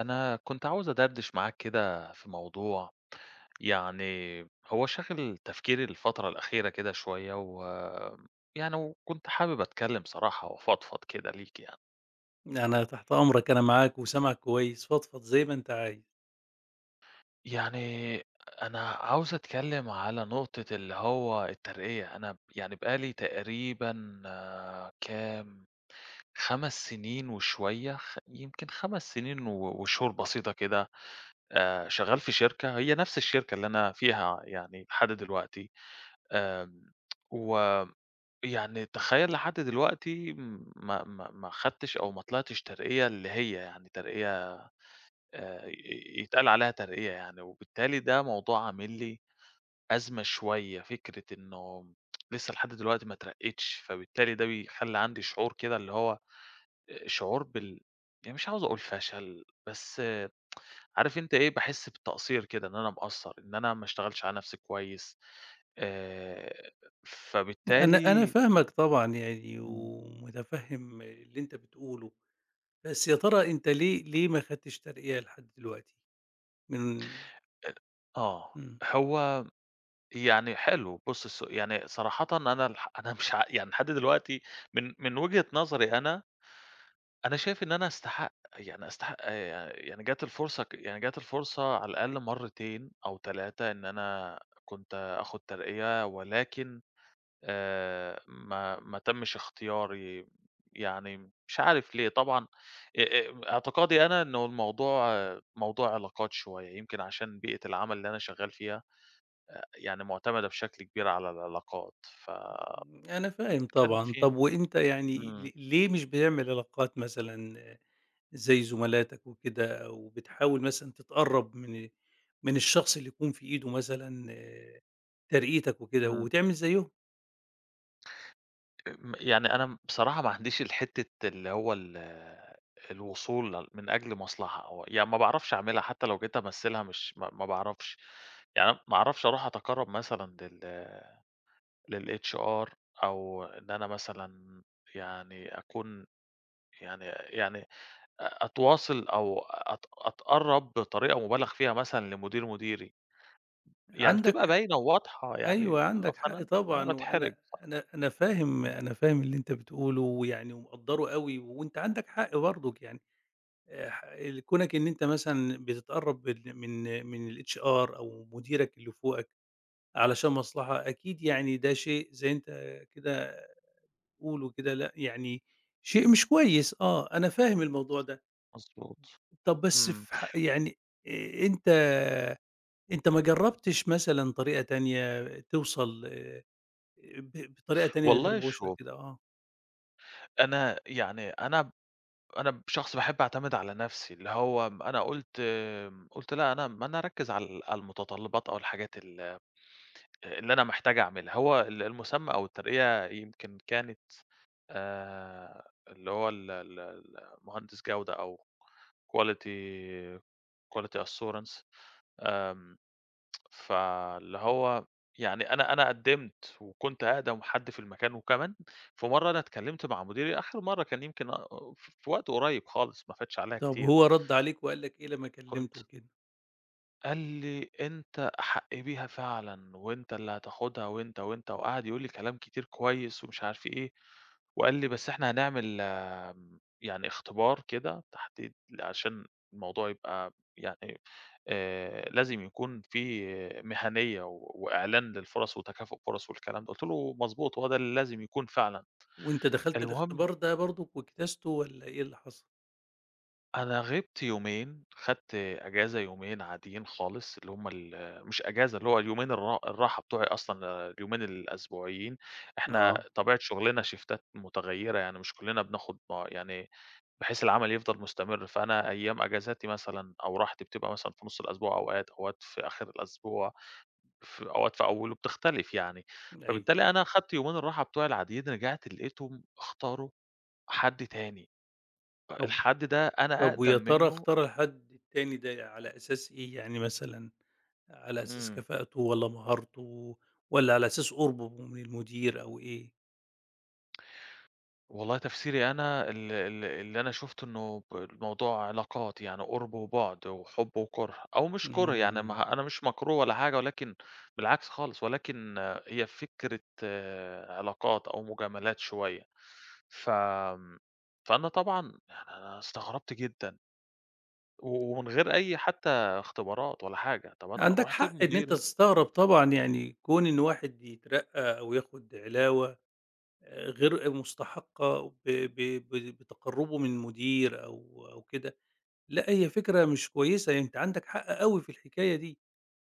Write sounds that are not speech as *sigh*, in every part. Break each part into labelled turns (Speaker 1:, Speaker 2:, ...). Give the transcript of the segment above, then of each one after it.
Speaker 1: أنا كنت عاوز أدردش معاك كده في موضوع، يعني هو شاغل تفكيري الفترة الأخيرة كده شوية يعني وكنت حابب أتكلم صراحة وأفضفض كده ليك يعني.
Speaker 2: يعني أنا تحت أمرك، أنا معاك وسامعك كويس، فضفض زي ما أنت عايز.
Speaker 1: يعني أنا عاوز أتكلم على نقطة اللي هو الترقية. أنا يعني بقالي تقريبا كام 5 سنين وشوية، يمكن 5 سنين وشهور بسيطة كده، شغال في شركة هي نفس الشركة اللي أنا فيها يعني لحد دلوقتي. آمم، ويعني تخيّل لحد دلوقتي ما خدتش أو ما طلعتش ترقية اللي هي يعني ترقية، ي يتقال عليها ترقية يعني، وبالتالي ده موضوع عامل لي أزمة شوية، فكرة إنه لسه لحد دلوقتي ما اترقيتش، فبالتالي ده بيخلّي عندي شعور كده اللي هو شعور يعني مش عاوز أقول فشل، بس عارف أنت إيه، باحس بالتقصير كده إن أنا مقصّر، إن أنا ما اشتغلتش على نفسي كويس، آآ،
Speaker 2: أنا
Speaker 1: فبالتالي.
Speaker 2: فاهمك طبعًا يعني
Speaker 1: إمم.
Speaker 2: ومُتفهِّم اللي أنت بتقوله، بس يا ترى أنت ليه ما خدتش ترقية لحد دلوقتي؟ من
Speaker 1: أ آه.
Speaker 2: إمم،
Speaker 1: هو يعني حلو. بُص يعني صراحةً أنا *laughs* أنا مش يعني لحد دلوقتي من وجهة نظري أنا، أنا شايف إن أنا أستحق، يعني أستحق، يعني جات الفرصة يعني جات الفرصة على الأقل مرّتين أو 3 إن أنا كنت آخُد ترقية، ولكن ما تمِّش اختياري، يعني مش عارف ليه طبعًا. أ أ اعتقادي أنا إنه الموضوع موضوع علاقات شوية، يمكن عشان بيئة العمل اللي أنا شغّال فيها يعني مُعتمدة بشكل كبير على العلاقات، فكان
Speaker 2: أنا فاهم طبعًا.
Speaker 1: في.
Speaker 2: طب وأنت يعني
Speaker 1: إمم،
Speaker 2: ليه مش بتعمل علاقات مثلًا زي زملاتك وكده أو بتحاول مثلًا تتقرّب من الشخص اللي يكون في إيده مثلًا آه، ترقيتك وكده
Speaker 1: إمم،
Speaker 2: وتعمل زيّهم؟
Speaker 1: م يعني أنا بصراحة ما عنديش الحتّة اللي هو الوصول من أجل مصلحة، أو يعني ما باعرفش أعملها حتى لو جيت أمثّلها، مش ما باعرفش، يعني ما أعرفش أروح أتقرّب مثلًا للHR، أو إن أنا مثلًا يعني أكون يعني أتواصل أو أتقرّب بطريقة مُبالغ فيها مثلًا لمدير مديري، يعني
Speaker 2: عندك
Speaker 1: بتبقى
Speaker 2: ح
Speaker 1: باينة وواضحة
Speaker 2: أيوه،
Speaker 1: يعني
Speaker 2: عندك حق
Speaker 1: فأنا
Speaker 2: طبعًا،
Speaker 1: باتحرج.
Speaker 2: وأنا أنا أنا فاهم
Speaker 1: إمم.
Speaker 2: أنا فاهم اللي أنت بتقوله ويعني ومقدّره أوي، وأنت عندك حق برضُك يعني ح كونك إن أنت مثلًا بتتقرّب من الHR أو مديرك اللي فوقك علشان مصلحة، أكيد يعني ده شيء زي أنت كده قُل وكده لأ، يعني شيء مش كويس آه، أنا فاهم الموضوع ده.
Speaker 1: مضبوط.
Speaker 2: طَب بس
Speaker 1: إمم.
Speaker 2: في ح يعني آآ، أنت أنت ما جرّبتش مثلًا طريقة تانية توصل بطريقة تانية غير
Speaker 1: والله
Speaker 2: مباشرة
Speaker 1: شوف،
Speaker 2: كده آه.
Speaker 1: أنا يعني أنا ب أنا ب شخص باحب أعتمد على نَفْسي، اللي هو أنا قُلت، قُلت لأ، أنا ما أنا أركّز على على المتطلبات أو الحاجات اللي أنا محتاج أعملها، هو المسمى أو الترقية، يمكن كانت اللي هو ال ال ال مهندس جودة أو quality quality assurance. آمم، فاللي هو يعني أنا قدّمت وكنت أقدم حد في المكان، وكمان في مرّة أنا اتكلّمت مع مديري آخر مرّة كان يمكن، في وقت قريب خالص ما فاتش عليها
Speaker 2: طب
Speaker 1: كتير.
Speaker 2: هو رَد عليك وقال لك إيه لمّا
Speaker 1: كنت
Speaker 2: كلّمته وكده؟
Speaker 1: قال لي: "أنت أحق بيها فعلًا، وأنت اللي هتاخدها وأنت، وأنت." وقعد يقول لي كلام كتير كويس ومش عارف إيه، وقال لي: "بس إحنا هنعمل، يعني اختبار كده، تحديد، عشان الموضوع يبقى يعني لازم يكون في مهنية وإعلان للفُرَص وتكافؤ فرص والكلام ده." قُلت له: "مضبوط، هو ده اللي لازم يكون فعلًا."
Speaker 2: وأنت دخلت
Speaker 1: المهم
Speaker 2: الاختبار ده برضك واجتازته والّا إيه اللي حصل؟
Speaker 1: أنا غِبت يومين، خدت أجازة يومين عاديين خالص، اللي هُم مش أجازة، اللي هو اليومين الراحة بتوعي أصلًا، اليومين الأسبوعيين، إحنا
Speaker 2: آه.
Speaker 1: طبيعة شُغلنا شيفتات متغيّرة، يعني مش كُلّنا بناخد، ما يعني، بحيث العمل يفضل مستمر، فأنا أيام أجازاتي مثلًا أو راحتي بتبقى مثلًا في نُص الأسبوع أوقات، أوقات في آخر الأسبوع، في أوقات في أوّله، بتختلف يعني.
Speaker 2: أيوه.
Speaker 1: فبالتالي أنا خدت يومين الراحة بتوعي العاديين، رجعت لقيتهم اختاروا حد تاني،
Speaker 2: طب
Speaker 1: الحد ده أنا
Speaker 2: طب
Speaker 1: أقدم
Speaker 2: ويا ترى
Speaker 1: منّه.
Speaker 2: اختار الحد التاني ده على أساس إيه؟ يعني مثلًا على أساس
Speaker 1: إمم.
Speaker 2: كفاءته والّا مهارته والّا على أساس قُربه من المدير أو إيه؟
Speaker 1: والله تفسيري أنا ال ال اللي أنا شُفته إنه الموضوع علاقات، يعني قُرب وبُعد وحُب وكُره، أو مش كُره يعني،
Speaker 2: إمم.
Speaker 1: ما أنا مش مكروه ولا حاجة، ولكن بالعكس خالص، ولكن هي فكرة علاقات أو مجاملات شوية. فآمم، فأنا طبعًا يعني أنا استغربت جدًا، ومن غير أي حتى اختبارات ولا حاجة، طَب أنا
Speaker 2: عندك
Speaker 1: رُحت
Speaker 2: حق إن أنت
Speaker 1: لمديري،
Speaker 2: تستغرب طبعًا، يعني كون إن واحد يترقّى أو ياخُد علاوة غير مستحقة ب بتقرُّبه من مدير أو أو كده، لأ هي فكرة مش كويسة، يعني أنت عندك حق أوي في الحكاية دي،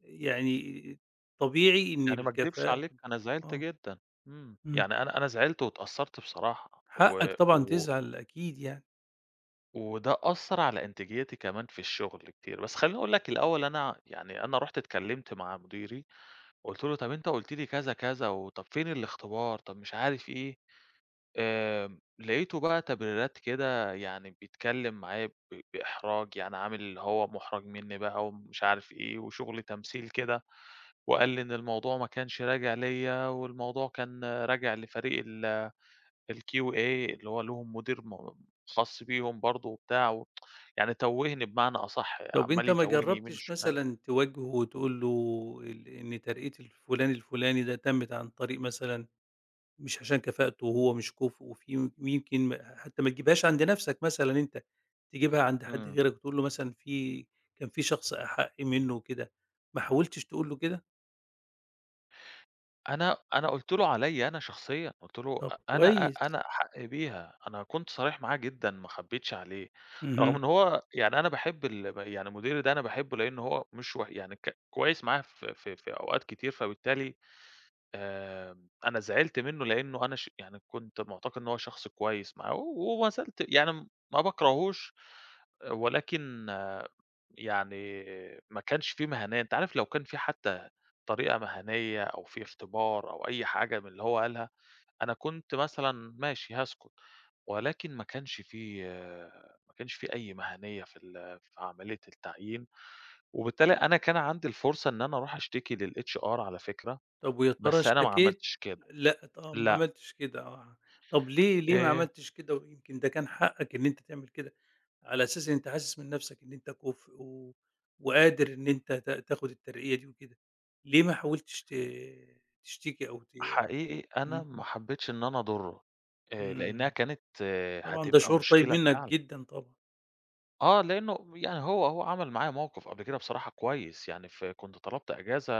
Speaker 2: يعني طبيعي إن
Speaker 1: يعني ما أكدبش
Speaker 2: بالكفاءة
Speaker 1: عليك
Speaker 2: وكده
Speaker 1: أنا زعلت
Speaker 2: آه.
Speaker 1: جدًا.
Speaker 2: إمم،
Speaker 1: يعني أنا زعلت واتأثّرت بصراحة، و
Speaker 2: حقك طبعًا
Speaker 1: و
Speaker 2: تزعل أكيد يعني.
Speaker 1: وده أثّر على إنتاجيتي كمان في الشغل كتير، بس خلّيني أقول لك الأول. أنا يعني أنا رُحت اتكلّمت مع مديري، قُلت له: "طَب أنت قُلت لي كذا، كذا، وطَب فين الاختبار، طَب مش عارف إيه." لقيته بقى تبريرات كده يعني بيتكلّم معايا بإحراج، يعني عامل اللي هو مُحرَج منّي بقى ومش عارف إيه وشغل تمثيل كده، وقال لي إن الموضوع ما كانش راجع ليّا والموضوع كان راجع لفريق الQA اللي هو ليهم مدير خاص بيهم برضه وبتاع، و... يعني توّهني بمعنى أصح،
Speaker 2: طَب
Speaker 1: عمّال
Speaker 2: أنت ما
Speaker 1: يتوّهني يمين
Speaker 2: جرّبتش
Speaker 1: وشمال.
Speaker 2: مثلًا تواجهه وتقول له إن ترقية الفلان الفلاني ده تمِّت عن طريق مثلًا مش عشان كفاءته وهو مش كُفء وفي ويمكن حتى ما تجيبهاش عند نَفْسك مثلًا أنت، تجيبها عند حد
Speaker 1: إمم.
Speaker 2: غيرك وتقول له مثلًا في كان في شخص أحَق منّه وكده، ما حاولتش تقول له كده؟
Speaker 1: أنا قُلت له عليّا أنا شخصيًا، قُلت له
Speaker 2: طب
Speaker 1: أ أنا أ
Speaker 2: كويس.
Speaker 1: أنا أحق بيها، أنا كنت صريح معاه جدًا ما خبّيتش عليه، رغم
Speaker 2: اهم.
Speaker 1: إن هو يعني أنا باحب ال ب يعني مديري ده أنا باحبه لإن هو مش و يعني ك كويس معايا في في أوقات كتير، فبالتالي أنا زعلت منّه لإنه أنا يعني كنت معتقد إن هو شخص كويس معاه، وما زلت يعني ما باكرهوش. ولكن يعني ما كانش في مهانية، أنت عارف لو كان في حتى طريقة مهنية أو في اختبار أو أي حاجة من اللي هو قالها، أنا كنت مثلًا ماشي هاسكت، ولكن ما كانش في، ما كانش في أي مهنية في في عملية التعيين، وبالتالي أنا كان عندي الفرصة إن أنا أروح أشتكي للHR على فكرة،
Speaker 2: طب ويا ترى
Speaker 1: بس أنا ما
Speaker 2: اشتكيت؟
Speaker 1: عملتش كده.
Speaker 2: لأ ط آه، ما
Speaker 1: لأ.
Speaker 2: عملتش كده آه. طب ليه ما
Speaker 1: آآ،
Speaker 2: عملتش كده ويمكن ده كان حقّك إن أنت تعمل كده، على أساس إن أنت حاسس من نَفْسك إن أنت كُفء و وقادر إن أنت تاخد الترقية دي وكده، ليه ما حاولتش تشتكي أو ت
Speaker 1: حقيقي أنا
Speaker 2: إمم.
Speaker 1: ما حبيتش إن أنا أضُرّه، لإنها
Speaker 2: إمم،
Speaker 1: كانت
Speaker 2: طبعًا ده
Speaker 1: هتبقى
Speaker 2: شعور طيب
Speaker 1: مشكلة
Speaker 2: منّك
Speaker 1: فعلًا.
Speaker 2: جدًا طبعًا.
Speaker 1: آه، لإنه يعني هو عمل معايا موقف قبل كده بصراحة كويس، يعني كنت طلبت إجازة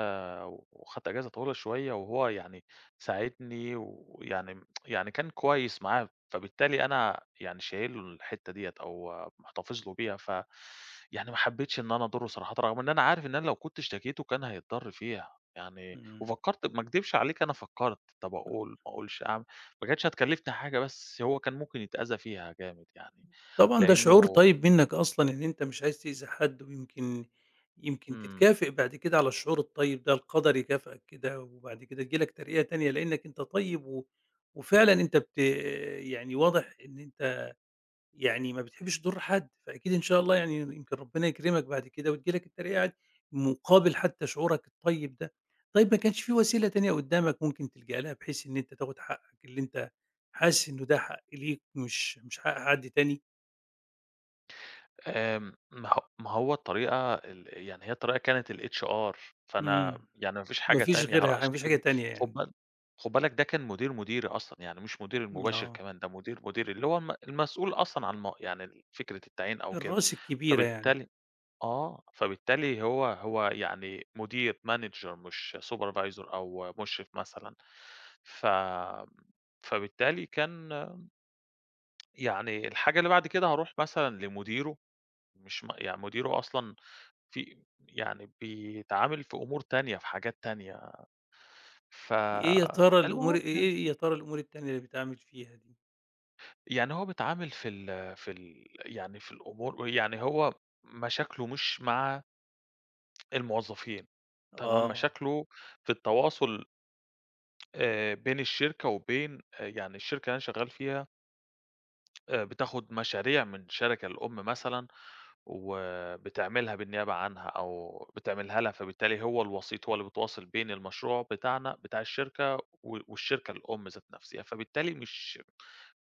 Speaker 1: وخدت إجازة طويلة شوية وهو يعني ساعدني، ويعني كان كويس معايا، فبالتالي أنا يعني شايل له الحتّة ديّة أو محتفظ له بيها، ف يعني ما حبيتش إن أنا أضُرّه صراحةً، رغم إن أنا عارف إن أنا لو كنت اشتكيته كان هيتضر فيها، يعني
Speaker 2: إمم.
Speaker 1: وفكّرت ما اكدبش عليك أنا فكّرت، طَب أقول، ما أقولش، أعمل، ما كانتش هتكلّفني حاجة بس هو كان ممكن يتأذى فيها جامد يعني،
Speaker 2: طبعًا ده شعور
Speaker 1: لإنه.
Speaker 2: طيب منّك أصلًا إن أنت مش عايز تأذي حد، ويمكن يمكن
Speaker 1: إمم.
Speaker 2: تتكافئ بعد كده على الشعور الطيب ده، القدر يكافئك كده، وبعد كده تيجي لك ترقية تانية لإنّك أنت طيب، و وفعلًا أنت بت يعني واضح إن أنت يعني ما بتحبّش تضُرّ حد، فأكيد إن شاء الله يعني يمكن ربنا يكرمك بعد كده وتيجي لك الترقية عادي، مقابل حتى شعورك الطيب ده. طيب ما كانش في وسيلة تانية قدّامك ممكن تلجأ لها بحيث إن أنت تاخد حقّك اللي أنت حاسس إنه ده حق ليك مش حق حد تاني؟
Speaker 1: ما هو الطريقة، يعني هي الطريقة كانت الHR، فأنا
Speaker 2: إمم.
Speaker 1: يعني ما فيش
Speaker 2: ما
Speaker 1: حاجة
Speaker 2: فيش
Speaker 1: تانية هاروح
Speaker 2: غيرها، ما فيش
Speaker 1: أشتكي
Speaker 2: حاجة
Speaker 1: له.
Speaker 2: تانية
Speaker 1: خُد
Speaker 2: يعني.
Speaker 1: بال خُد بالك ده كان مدير مديري أصلًا، يعني مش مديري
Speaker 2: إمم،
Speaker 1: المباشر
Speaker 2: آه.
Speaker 1: كمان، ده مدير مديري، اللي هو المسؤول أصلًا عن يعني فكرة التعيين أو كده،
Speaker 2: الراس الكبيرة يعني.
Speaker 1: فبالتالي هو يعني مدير manager مش supervisor أو مشرف مثلًا، ف فبالتالي كان يعني الحاجة اللي بعد كده هاروح مثلًا لمديره، مش يعني مديره أصلًا في يعني بيتعامل في أمور تانية، في حاجات تانية،
Speaker 2: إيه يا ترى الأمور
Speaker 1: فالمهم يعني.
Speaker 2: إيه يا ترى الأمور التانية اللي بتعامل فيها دي؟
Speaker 1: هو بيتعامل في ال في ال يعني في الأمور، يعني هو مشاكله مش مع الموظفين، تمام،
Speaker 2: آه،
Speaker 1: مشاكله في التواصل بين الشركة وبين، يعني الشركة اللي أنا شغال فيها بتاخد مشاريع من الشركة الأم مثلًا، وبتعملها بالنيابة عنها أو بتعملها لها، فبالتالي هو الوسيط، هو اللي بيتواصل بين المشروع بتاعنا بتاع الشركة والشركة الأم ذات نفسها، فبالتالي مش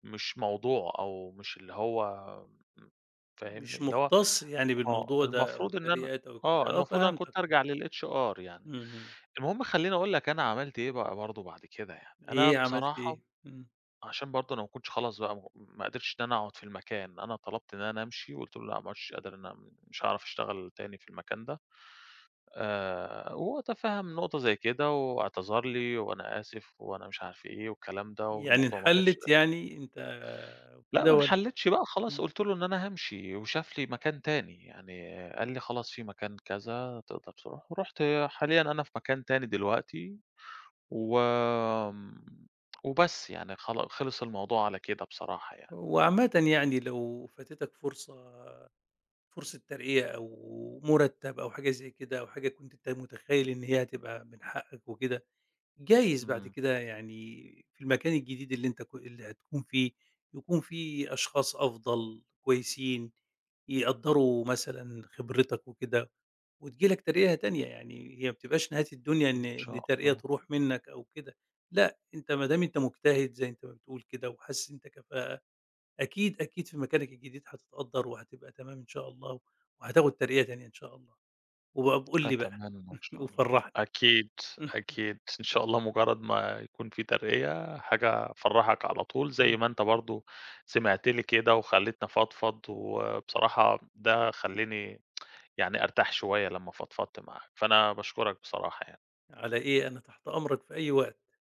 Speaker 1: مش موضوع أو مش اللي هو م
Speaker 2: مش
Speaker 1: فاهمني؟ اللي هو
Speaker 2: مُختص يعني
Speaker 1: آه،
Speaker 2: بالموضوع ده أو
Speaker 1: المفروض إن أنا
Speaker 2: التريقات أو كده، آه
Speaker 1: المفروض أنا
Speaker 2: فهمتك
Speaker 1: كنت
Speaker 2: آه.
Speaker 1: أرجع للHR يعني.
Speaker 2: إمم، إمم.
Speaker 1: المهم خلّيني أقول لك أنا عملت إيه بقى برضه بعد كده يعني. أنا
Speaker 2: إيه، عملت
Speaker 1: بصراحة
Speaker 2: إيه؟ إمم.
Speaker 1: عشان برضه أنا ما كنتش خلاص بقى، ما قدرتش إن أنا أقعد في المكان، أنا طلبت إن أنا أمشي وقُلت له: "لأ مش قادر، أنا مش هاعرف أشتغل تاني في المكان ده." وهو تفهَّم نقطة زي كده واعتذر لي وأنا آسف وأنا مش عارف إيه والكلام ده،
Speaker 2: يعني
Speaker 1: والموضوع ما كانش.
Speaker 2: انحلت يعني أنت
Speaker 1: لأ، ما
Speaker 2: وكده والّا
Speaker 1: انحلتش بقى خلاص،
Speaker 2: إمم.
Speaker 1: قُلت له إن أنا هامشي وشاف لي مكان تاني، يعني قال لي: "خلاص في مكان كذا تقدر تروح." ورُحت. حاليًا أنا في مكان تاني دلوقتي، و آمم، وبس يعني خلِص الموضوع على كده بصراحة يعني.
Speaker 2: وعامةً يعني لو فاتتك فرصة ترقية أو مُرتّب أو حاجة زي كده أو حاجة كنت أنت متخيّل إن هي هتبقى من حقّك وكده، جايز بعد
Speaker 1: إمم.
Speaker 2: كده يعني في المكان الجديد اللي أنت اللي هتكون فيه، يكون في أشخاص أفضل، كويسين، يقدّروا مثلًا خبرتك وكده. وتيجي لك ترقية تانية، يعني هي ما بتبقاش نهاية الدنيا
Speaker 1: إن
Speaker 2: إن إن
Speaker 1: شاء
Speaker 2: ترقية
Speaker 1: الله.
Speaker 2: تروح منّك أو كده، لأ، أنت ما دام أنت مجتهد زي أنت ما بتقول كده وحاسس إن أنت كفاءة، أكيد، أكيد في مكانك الجديد هتتقدّر وهتبقى تمام إن شاء الله، وهتاخد ترقية تانية إن شاء الله، وبقى قُل لي بقى
Speaker 1: أتمنى. إن
Speaker 2: *laughs*
Speaker 1: شاء الله،
Speaker 2: وفرّحني
Speaker 1: أكيد، أكيد، إن شاء الله مجرد ما يكون في ترقية حاجة هافرّحك على طول، زي ما أنت
Speaker 2: *laughs*
Speaker 1: برضه سمعت لي كده وخلّيتني أفضفض، وبصراحة ده خلّاني يعني أرتاح شوية لمّا فضفضت معاك، فأنا باشكرك بصراحة يعني.
Speaker 2: على إيه، أنا تحت أمرك في أي وقت.